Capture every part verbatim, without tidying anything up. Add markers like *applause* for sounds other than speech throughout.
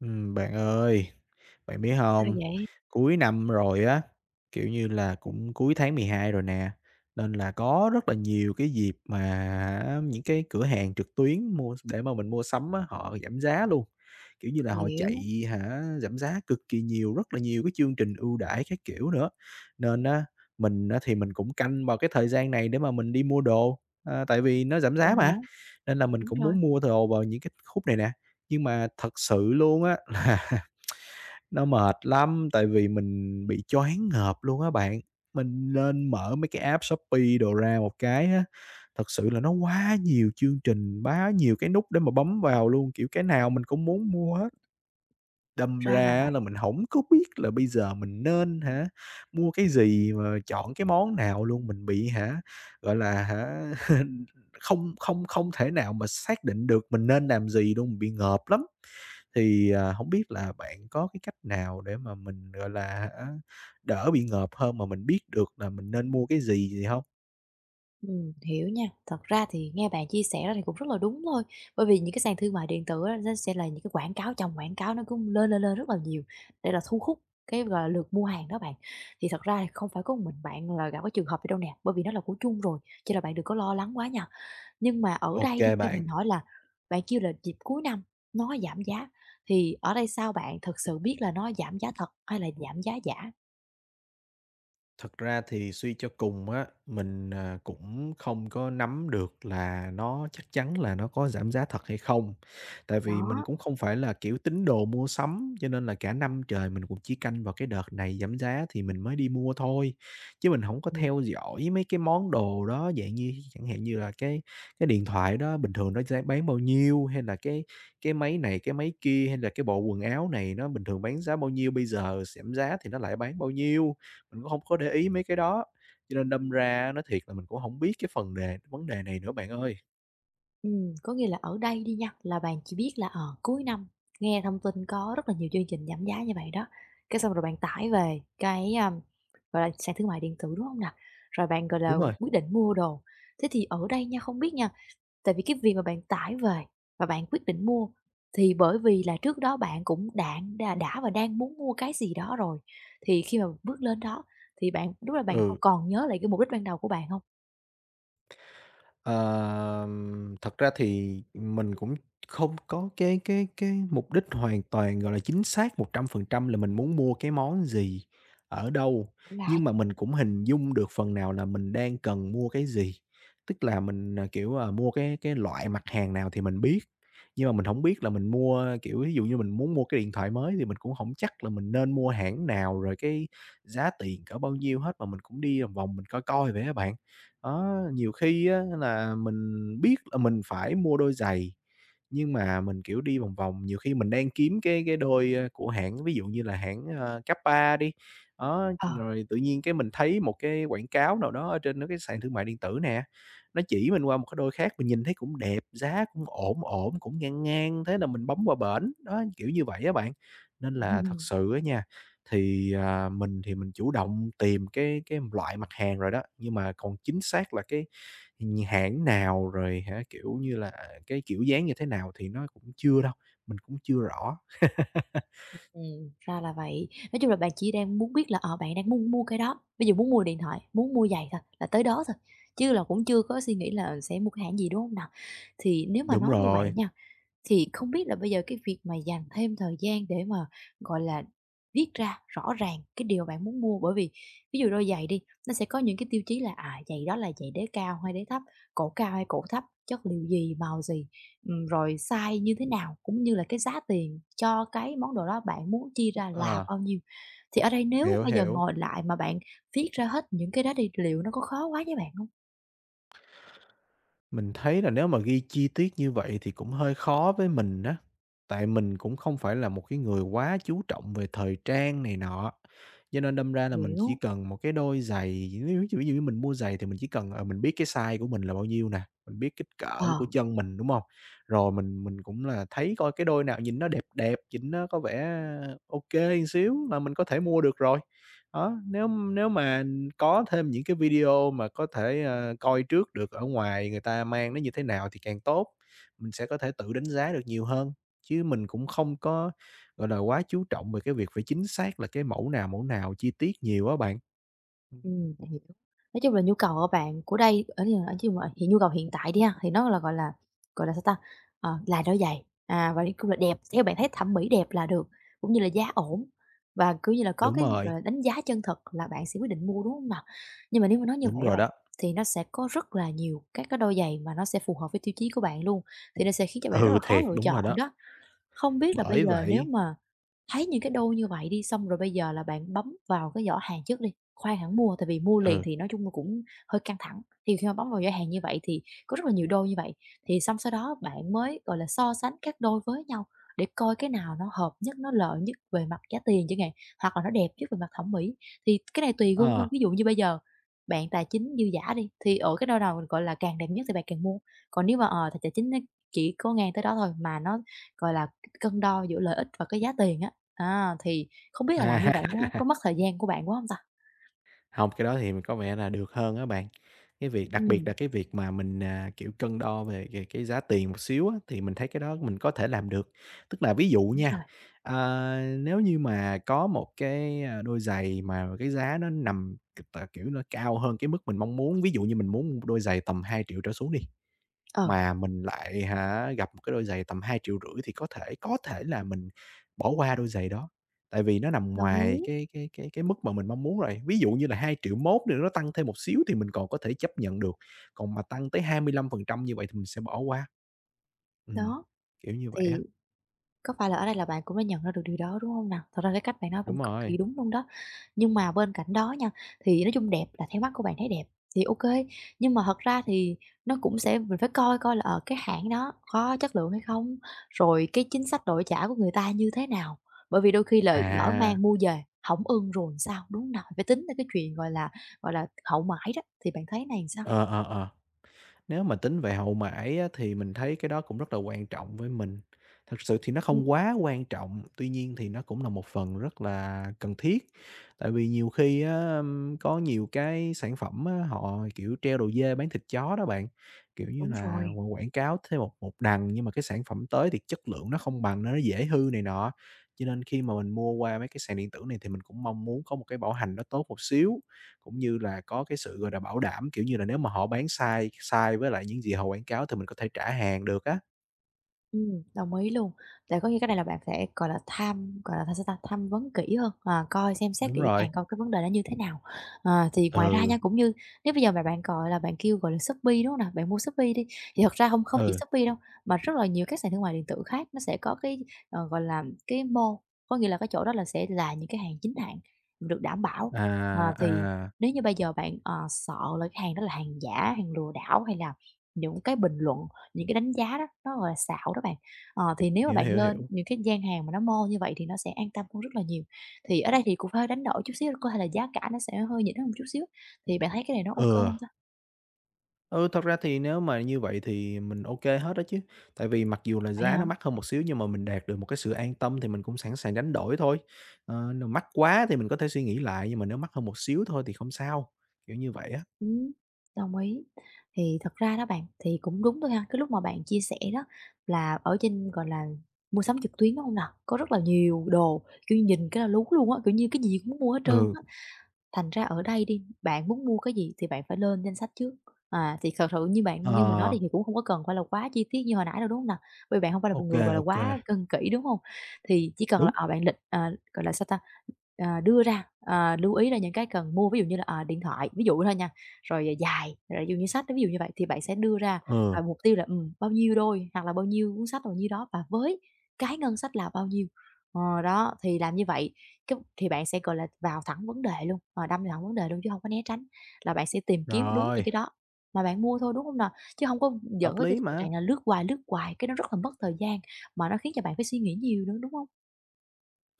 Ừm, bạn ơi, bạn biết Sao hông? vậy? Cuối năm rồi á, kiểu như là, cũng cuối tháng mười hai rồi nè, nên là có rất là nhiều cái dịp mà những cái cửa hàng trực tuyến mua để mà mình mua sắm á, họ giảm giá luôn. Kiểu như là, họ Hiểu, chạy hả, giảm giá cực kỳ nhiều, rất là nhiều cái chương trình ưu đãi các kiểu nữa. Nên á, mình á thì mình cũng canh vào cái thời gian này để mà mình đi mua đồ, à, tại vì nó giảm vậy giá hả? mà, nên là mình Đúng cũng rồi, muốn mua đồ vào những cái khúc này nè. Nhưng mà thật sự luôn á là *laughs* nó mệt lắm, tại vì mình bị choáng ngợp luôn á bạn. Mình lên mở mấy cái app Shopee đồ ra một cái á, thật sự là nó quá nhiều chương trình, quá nhiều cái nút để mà bấm vào luôn, kiểu, cái nào mình cũng muốn mua hết. Đâm ra là ra á là vậy. mình hổng có biết là bây giờ mình nên hả, mua cái gì mà chọn cái món nào luôn, mình bị hả, gọi là hả, *laughs* không không không thể nào mà xác định được mình nên làm gì luôn, mình bị ngợp lắm. Thì, à, hổng biết là bạn có cái cách nào để mà mình, gọi là hả, đỡ bị ngợp hơn mà mình biết được là mình nên mua cái gì, gì không? Ừm, hiểu nha. Thật ra thì nghe bạn chia sẻ ra thì cũng rất là đúng thôi, bởi vì những cái sàn thương mại điện tử á, nó sẽ là những cái quảng cáo chồng quảng cáo nó cứ lên, lên, lên rất là nhiều để là thu hút cái, gọi là, lượt mua hàng đó bạn. Thì thật ra thì không phải có một mình bạn là gặp cái trường hợp này đâu nè, bởi vì nó là của chung rồi, cho nên là bạn đừng có lo lắng quá nha. Nhưng mà ở Ok đây đi, cho bạn. mình hỏi là bạn kêu là dịp cuối năm nó giảm giá, thì ở đây sao bạn thực sự biết là nó giảm giá thật hay là giảm giá giả? Thật ra thì suy cho cùng á, mình, à, cũng không có nắm được là nó chắc chắn là nó có giảm giá thật hay không. Tại vì mình Đó. cũng không phải là, kiểu, tín đồ mua sắm, cho nên là cả năm trời mình cũng chỉ canh vào cái đợt này giảm giá thì mình mới đi mua thôi, chứ mình không có Ừ. theo dõi mấy cái món đồ đó. Dạng như chẳng hạn như là cái cái điện thoại đó bình thường nó giá bán bao nhiêu, hay là cái cái máy này, cái máy kia, hay là cái bộ quần áo này nó bình thường bán giá bao nhiêu, bây giờ giảm giá thì nó lại bán bao nhiêu. Mình cũng không có để ý mấy cái đó, cho nên đâm ra á nói thiệt là mình cũng không biết cái phần đề vấn đề này nữa bạn ơi. Ừm, có nghĩa là ở đây đi nha, là bạn chỉ biết là ở cuối năm nghe thông tin có rất là nhiều chương trình giảm giá như vậy đó, cái xong rồi bạn tải về cái, a, gọi là, sàn thương mại điện tử, đúng không nè? Rồi bạn, gọi là, Đúng rồi, quyết định mua đồ. Thế thì ở đây nha, không biết nha, tại vì cái việc mà bạn tải về và bạn quyết định mua thì bởi vì là trước đó bạn cũng đạn đà đã và đang muốn mua cái gì đó rồi, thì khi mà bước lên đó thì bạn đúng là bạn có ừ. còn nhớ lại cái mục đích ban đầu của bạn không? Ờm, thật ra thì mình cũng không có cái cái cái mục đích hoàn toàn, gọi là, chính xác một trăm phần trăm là mình muốn mua cái món gì, ở đâu, Là nhưng mà mình cũng hình dung được phần nào là mình đang cần mua cái gì. Tức là mình, à, kiểu, à, mua cái cái loại mặt hàng nào thì mình biết, nhưng mà mình không biết là mình mua, kiểu, ví dụ như mình muốn mua cái điện thoại mới thì mình cũng không chắc là mình nên mua hãng nào, rồi cái giá tiền cỡ bao nhiêu hết, mà mình cũng đi vòng vòng mình coi coi vậy á bạn. Đó, nhiều khi á là mình biết là mình phải mua đôi giày, nhưng mà mình, kiểu, đi vòng vòng, nhiều khi mình đang kiếm cái cái đôi, ơ, của hãng ví dụ như là hãng, ờ, Kappa đi, đó, ờ. rồi tự nhiên cái mình thấy một cái quảng cáo nào đó ở trên mấy cái sàn thương mại điện tử nè, nó chỉ mình qua một cái đôi khác mình nhìn thấy cũng đẹp, giá cũng ổn ổn, cũng ngang ngang, thế là mình bấm qua bển, đó, kiểu như vậy á bạn. Nên là thật *laughs* sự á nha, thì, à, mình thì mình chủ động tìm cái cái loại mặt hàng rồi đó, nhưng mà còn chính xác là cái nh hãng nào rồi hả, kiểu như là, à, cái kiểu dáng như thế nào thì nó cũng chưa đâu, mình cũng chưa rõ. Ừm, ra là vậy. Nói chung là bạn chỉ đang muốn biết là, ờ, bạn đang muốn mua cái đó, ví dụ muốn mua điện thoại, muốn mua giày thôi, là tới đó thôi, chứ là cũng chưa có suy nghĩ là sẽ mua cái hãng gì, đúng không nào? Thì nếu mà Đúng nói như vậy rồi, nha thì không biết là bây giờ cái việc mà dành thêm thời gian để mà, gọi là, viết ra rõ ràng cái điều bạn muốn mua, bởi vì ví dụ đôi giày đi, nó sẽ có những cái tiêu chí là, à, giày đó là giày đế cao hay đế thấp, cổ cao hay cổ thấp, chất liệu gì, màu gì, ừm, rồi size như thế nào, cũng như là cái giá tiền cho cái món đồ đó bạn muốn chi ra là ờ, bao nhiêu. Thì ở đây nếu hiểu, bây giờ hiểu. ngồi lại mà bạn viết ra hết những cái đó đi, liệu nó có khó quá với bạn hông? Mình thấy là nếu mà ghi chi tiết như vậy thì cũng hơi khó với mình á, tại mình cũng không phải là một cái người quá chú trọng về thời trang này nọ. Cho nên đâm ra là mình chỉ Hiểu. cần một cái đôi giày, nếu ví dụ như mình mua giày thì mình chỉ cần, ờ, mình biết cái size của mình là bao nhiêu nè, mình biết kích cỡ Ờ. của chân mình, đúng không? Rồi mình mình cũng là thấy coi cái đôi nào nhìn nó đẹp đẹp, nhìn nó có vẻ ok kê xíu là mình có thể mua được rồi. Đó, nếu nếu mà có thêm những cái video mà có thể, ờ, coi trước được ở ngoài người ta mang nó như thế nào thì càng tốt, mình sẽ có thể tự đánh giá được nhiều hơn, chứ mình cũng không có, gọi là, quá chú trọng về cái việc phải chính xác là cái mẫu nào, mẫu nào chi tiết nhiều á bạn. Ừm, Ừm, mình hiểu. Nói chung là nhu cầu của bạn của đây ở như ở chung là hiện nhu cầu hiện tại đi ha, thì nó là, gọi là, gọi là, sao ta, ờ, là đôi giày, à, và nói chung là đẹp, theo bạn thấy thẩm mỹ đẹp là được, cũng như là giá ổn và, kiểu như là, có đúng cái, gọi rồi, là, đánh giá chân thật là bạn sẽ quyết định mua, đúng hông nào? Nhưng mà nếu mà nói như đúng vậy đó rồi bạn, đó. thì nó sẽ có rất là nhiều các cái đôi giày mà nó sẽ phù hợp với tiêu chí của bạn luôn, thì nó sẽ khiến cho bạn rất Ừ, là khó thiệt, lựa đúng rồi chọn đó, đó. Không biết là bây bởi giờ nếu vậy mà thấy những cái đôi như vậy đi, xong rồi bây giờ là bạn bấm vào cái giỏ hàng trước đi, khoan hẳn mua, tại vì mua liền ừ, thì nói chung là cũng hơi căng thẳng. Thì khi mà bấm vào giỏ hàng như vậy thì có rất là nhiều đôi như vậy, thì xong sau đó bạn mới, gọi là, so sánh các đôi với nhau để coi cái nào nó hợp nhất, nó lợi nhất về mặt giá tiền chẳng hạn, hoặc là nó đẹp nhất về mặt thẩm mỹ. Thì cái này tùy gu ờ, thôi, ví dụ như bây giờ bạn tài chính dư dả đi, thì ở cái đôi nào, gọi là, càng đẹp nhất thì bạn càng mua. Còn nếu mà, ờ, tài tài chính nó chỉ có ngang tới đó thôi mà nó, gọi là, cân đo giữa lợi ích và cái giá tiền á. À, thì không biết là làm như à. vậy *laughs* nó có mất thời gian của bạn quá hông ta? Hông, cái đó thì có vẻ là được hơn á bạn. Cái việc đặc biệt là Ừm, cái việc mà mình, à, kiểu, cân đo về về cái giá tiền một xíu á, thì mình thấy cái đó mình có thể làm được. Tức là ví dụ đúng rồi. nha, ờ, nếu như mà có một cái, a, đôi giày mà cái giá nó nằm c kiểu, nó cao hơn cái mức mình mong muốn, ví dụ như mình muốn mua đôi giày tầm hai triệu trở xuống đi Ờ. mà mình lại hả, gặp một cái đôi giày tầm hai triệu rưỡi thì có thể có thể là mình bỏ qua đôi giày đó, tại vì nó nằm Đồng ngoài ý. cái cái cái cái mức mà mình mong muốn rồi. Ví dụ như là hai triệu mốt thì nó tăng thêm một xíu thì mình còn có thể chấp nhận được, còn mà tăng tới hai mươi lăm phần trăm như vậy thì mình sẽ bỏ qua. Ừm, Đó, kiểu như vậy á. thì có phải là ở đây là bạn cũng đã nhận ra được điều đó, đúng không nào? Thật ra cái cách bạn nói cũng Đúng cực rồi. kỳ đúng luôn đó. Nhưng mà bên cạnh đó nha, thì nói chung đẹp là theo mắt của bạn thấy đẹp thì ok, nhưng mà thật ra thì nó cũng sẽ mình phải coi coi là, ở cái hãng đó có chất lượng hay không, rồi cái chính sách đổi trả của người ta như thế nào. Bởi vì đôi khi là lỡ À, mang mua về hỏng ưng rồi sao, đúng hông nào? Phải tính tới cái chuyện, gọi là, gọi là, hậu mãi đó, thì bạn thấy này sao? ờ, ờ, ờ. Nếu mà tính về hậu mãi á, thì mình thấy cái đó cũng rất là quan trọng với mình. Thực sự thì nó Ừm. không quá quan trọng, tuy nhiên thì nó cũng là một phần rất là cần thiết. Tại vì nhiều khi á, ừm, có nhiều cái sản phẩm á, họ, kiểu, treo đầu dê bán thịt chó đó bạn, kiểu như Đúng là, rồi. quảng quảng cáo thêm một một đằng nhưng mà cái sản phẩm tới thì chất lượng nó không bằng nó dễ hư này nọ. Cho nên khi mà mình mua qua mấy cái sàn điện tử này thì mình cũng mong muốn có một cái bảo hành nó tốt một xíu. Cũng như là có cái sự, gọi là, bảo đảm, kiểu như là, nếu mà họ bán sai sai với lại những gì họ quảng cáo thì mình có thể trả hàng được á. Ừm, đồng ý luôn. Tại có nghĩa cái này là bạn sẽ, gọi là, tham gọi là, sao ta? Tham vấn kỹ hơn, à, coi xem xét Đúng kỹ càng rồi. coi cái vấn đề nó như thế nào. Ờ, thì ngoài ra Ừ, nha, cũng như nếu bây giờ mà bạn, gọi là, bạn kêu, gọi là, Shopee, đúng hông nè? Bạn mua Shopee đi, thì thật ra hông không chỉ ừ, Shopee đâu, mà rất là nhiều các sàn thương mại điện tử khác nó sẽ có cái, ờ, gọi là, cái mall, có nghĩa là cái chỗ đó là sẽ là những cái hàng chính hãng, được đảm bảo. Ờ, à, thì à, nếu như bây giờ bạn, ờ, sợ là cái hàng đó là hàng giả, hàng lừa đảo hay là những cái bình luận những cái đánh giá đó, nó, gọi là, xạo đó bạn. Ờ, thì nếu mà hiểu, bạn hiểu, lên hiểu. những cái gian hàng mà nó mol như vậy thì nó sẽ an tâm hơn rất là nhiều. Thì ở đây thì cũng phải hơi đánh đổi chút xíu, có thể là giá cả nó sẽ hơi nhỉnh hơn một chút xíu, thì bạn thấy cái này nó ok Ừ, không ta? ừ, thật ra thì nếu mà như vậy thì mình ok hết đó chứ. Tại vì mặc dù là Vậy giá hả? nó mắc hơn một xíu nhưng mà mình đạt được một cái sự an tâm thì mình cũng sẵn sàng đánh đổi thôi. Ờ, nếu mắc quá thì mình có thể suy nghĩ lại, nhưng mà nếu mắc hơn một xíu thôi thì không sao, kiểu như vậy á. Ừm, đồng ý. Thì thật ra đó bạn, thì cũng đúng thôi ha, cái lúc mà bạn chia sẻ đó là ở trên, gọi là, mua sắm trực tuyến, đúng không nào? Có rất là nhiều đồ, kiểu, như nhìn cái là lú luôn á, kiểu như, cái gì cũng muốn mua hết trơn Ừ, á. Thành ra ở đây đi, bạn muốn mua cái gì thì bạn phải lên danh sách trước. À, thì thật sự như ờ, bạn như mình nói đi thì cũng không có cần phải là quá chi tiết như hồi nãy đâu, đúng không nè? Bởi vì bạn không phải là một ok người, gọi là, kê, quá cân kỹ, đúng không? Thì chỉ cần đúng, là, ở bạn lịch ờ, gọi là, sao ta, ờ, đưa ra, ờ, lưu ý ra những cái cần mua, ví dụ như là, ờ, điện thoại, ví dụ thôi nha, rồi, dài rồi ví dụ như sách, ví dụ như vậy thì bạn sẽ đưa ra, ừ, à, mục tiêu là, ừm, bao nhiêu đôi hoặc là bao nhiêu cuốn sách, bao nhiêu đó và với cái ngân sách là bao nhiêu. Ờ, đó, thì làm như vậy cái thì bạn sẽ, gọi là, vào thẳng vấn đề luôn, ờ, đâm thẳng vấn đề luôn chứ không có né tránh, là bạn sẽ tìm kiếm đúng những rồi. cái đó mà bạn mua thôi, đúng không nào? Chứ không có Hợp dẫn tới cái lý tình mà, trạng là lướt hoài, lướt hoài, cái nó rất là mất thời gian mà nó khiến cho bạn phải suy nghĩ nhiều nữa, đúng không?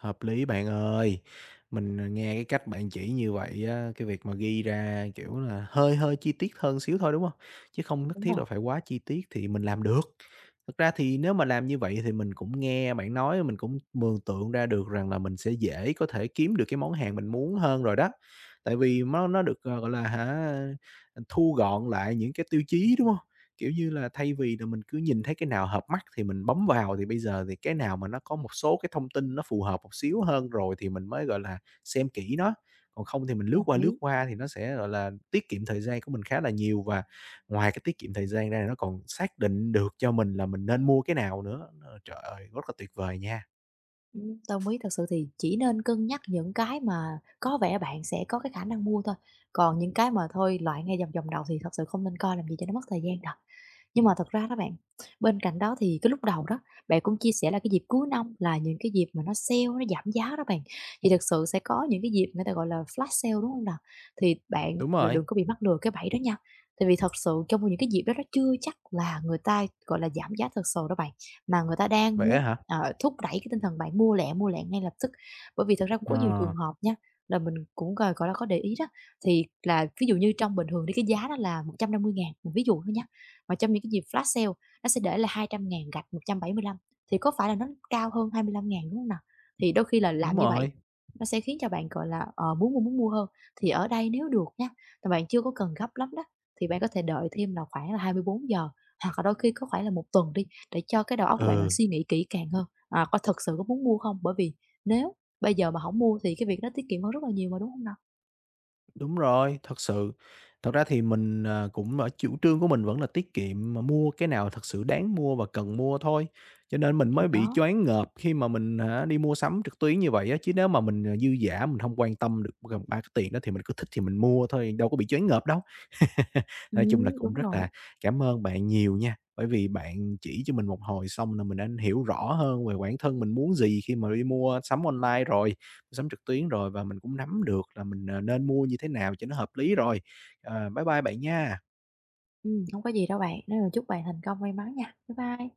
hợp lý bạn ơi. Mình, ờ, nghe cái cách bạn chỉ như vậy á, cái việc mà ghi ra, kiểu là, hơi hơi chi tiết hơn xíu thôi, đúng không? Chứ không nhất Đúng thiết rồi. là phải quá chi tiết thì mình làm được. Thật ra thì nếu mà làm như vậy thì mình cũng nghe bạn nói, mình cũng mường tượng ra được rằng là mình sẽ dễ có thể kiếm được cái món hàng mình muốn hơn rồi đó. Tại vì nó nó được, ờ, gọi là hả, thu gọn lại những cái tiêu chí, đúng không? Kiểu như là, thay vì là mình cứ nhìn thấy cái nào hợp mắt thì mình bấm vào, thì bây giờ thì cái nào mà nó có một số cái thông tin nó phù hợp một xíu hơn rồi thì mình mới, gọi là, xem kỹ nó, còn không thì mình lướt Đồng qua, lướt ý, qua thì nó sẽ, gọi là, tiết kiệm thời gian của mình khá là nhiều. Và ngoài cái tiết kiệm thời gian ra nó còn xác định được cho mình là mình nên mua cái nào nữa, ờ, trời ơi, rất là tuyệt vời nha. ừm, đồng ý. Thật sự thì chỉ nên cân nhắc những cái mà có vẻ bạn sẽ có cái khả năng mua thôi, còn những cái mà thôi loại ngay vòng vòng đầu thì thật sự không nên coi làm gì cho nó mất thời gian đâu. Nhưng mà thật ra đó bạn, bên cạnh đó thì cái lúc đầu đó, bạn cũng chia sẻ là cái dịp cuối năm là những cái dịp mà nó sale, nó giảm giá đó bạn, thì thực sự sẽ có những cái dịp người ta gọi là flash sale, đúng không nào? Thì bạn, Đúng gọi là, rồi. đừng có bị mắc lừa cái bẫy đó nha, tại vì thật sự trong những cái dịp đó nó chưa chắc là người ta, gọi là, giảm giá thật sự đó bạn, mà người ta đang Vẽ muốn, hả? ờ, thúc đẩy cái tinh thần bạn mua lẹ, mua lẹ ngay lập tức. Bởi vì thật ra cũng có nhiều trường Ờ. hợp nha, là mình cũng, gọi gọi là, có để ý đó, thì là ví dụ như trong bình thường thì cái giá đó là một trăm năm mươi ngàn, mình ví dụ thôi nha, mà trong những cái dịp flash sale nó sẽ để là hai trăm ngàn gạch một trăm bảy mươi lăm, thì có phải là nó cao hơn hai mươi lăm ngàn đúng không nào? Thì đôi khi là Đúng làm như vậy rồi. nó sẽ khiến cho bạn, gọi là, ờ, muốn mua, muốn mua hơn. Thì ở đây nếu được nha, là bạn chưa có cần gấp lắm đó, thì bạn có thể đợi thêm là khoảng là hai mươi bốn giờ, hoặc là đôi khi có khoảng là một tuần đi, để cho cái đầu óc của bạn là Ừ. suy nghĩ kỹ càng hơn, à, coi thực sự có muốn mua không. Bởi vì nếu bây giờ mà không mua thì cái việc nó tiết kiệm hơn rất là nhiều mà, đúng không nào? Đúng rồi, thật sự. Thật ra thì mình, ờ, cũng ở chủ trương của mình vẫn là tiết kiệm mà mua cái nào thật sự đáng mua và cần mua thôi, cho nên mình Thì mới bị đó, choáng ngợp khi mà mình hả, đi mua sắm trực tuyến như vậy á, chứ nếu mà mình, ờ, dư dả mình không quan tâm được gần ba cái tiền đó thì mình cứ thích thì mình mua thôi, đâu có bị choáng ngợp đâu. *laughs* Nói chung là ừm, cũng đúng rất rồi, là cảm ơn bạn nhiều nha, bởi vì bạn chỉ cho mình một hồi xong là mình đã hiểu rõ hơn về bản thân mình muốn gì khi mà đi mua sắm online rồi, sắm trực tuyến rồi và mình cũng nắm được là mình, ờ, nên mua như thế nào cho nó hợp lý rồi. Ờ, bye bye bạn nha. ừm, hông có gì đâu bạn, nên là chúc bạn thành công may mắn nha. Bye bye.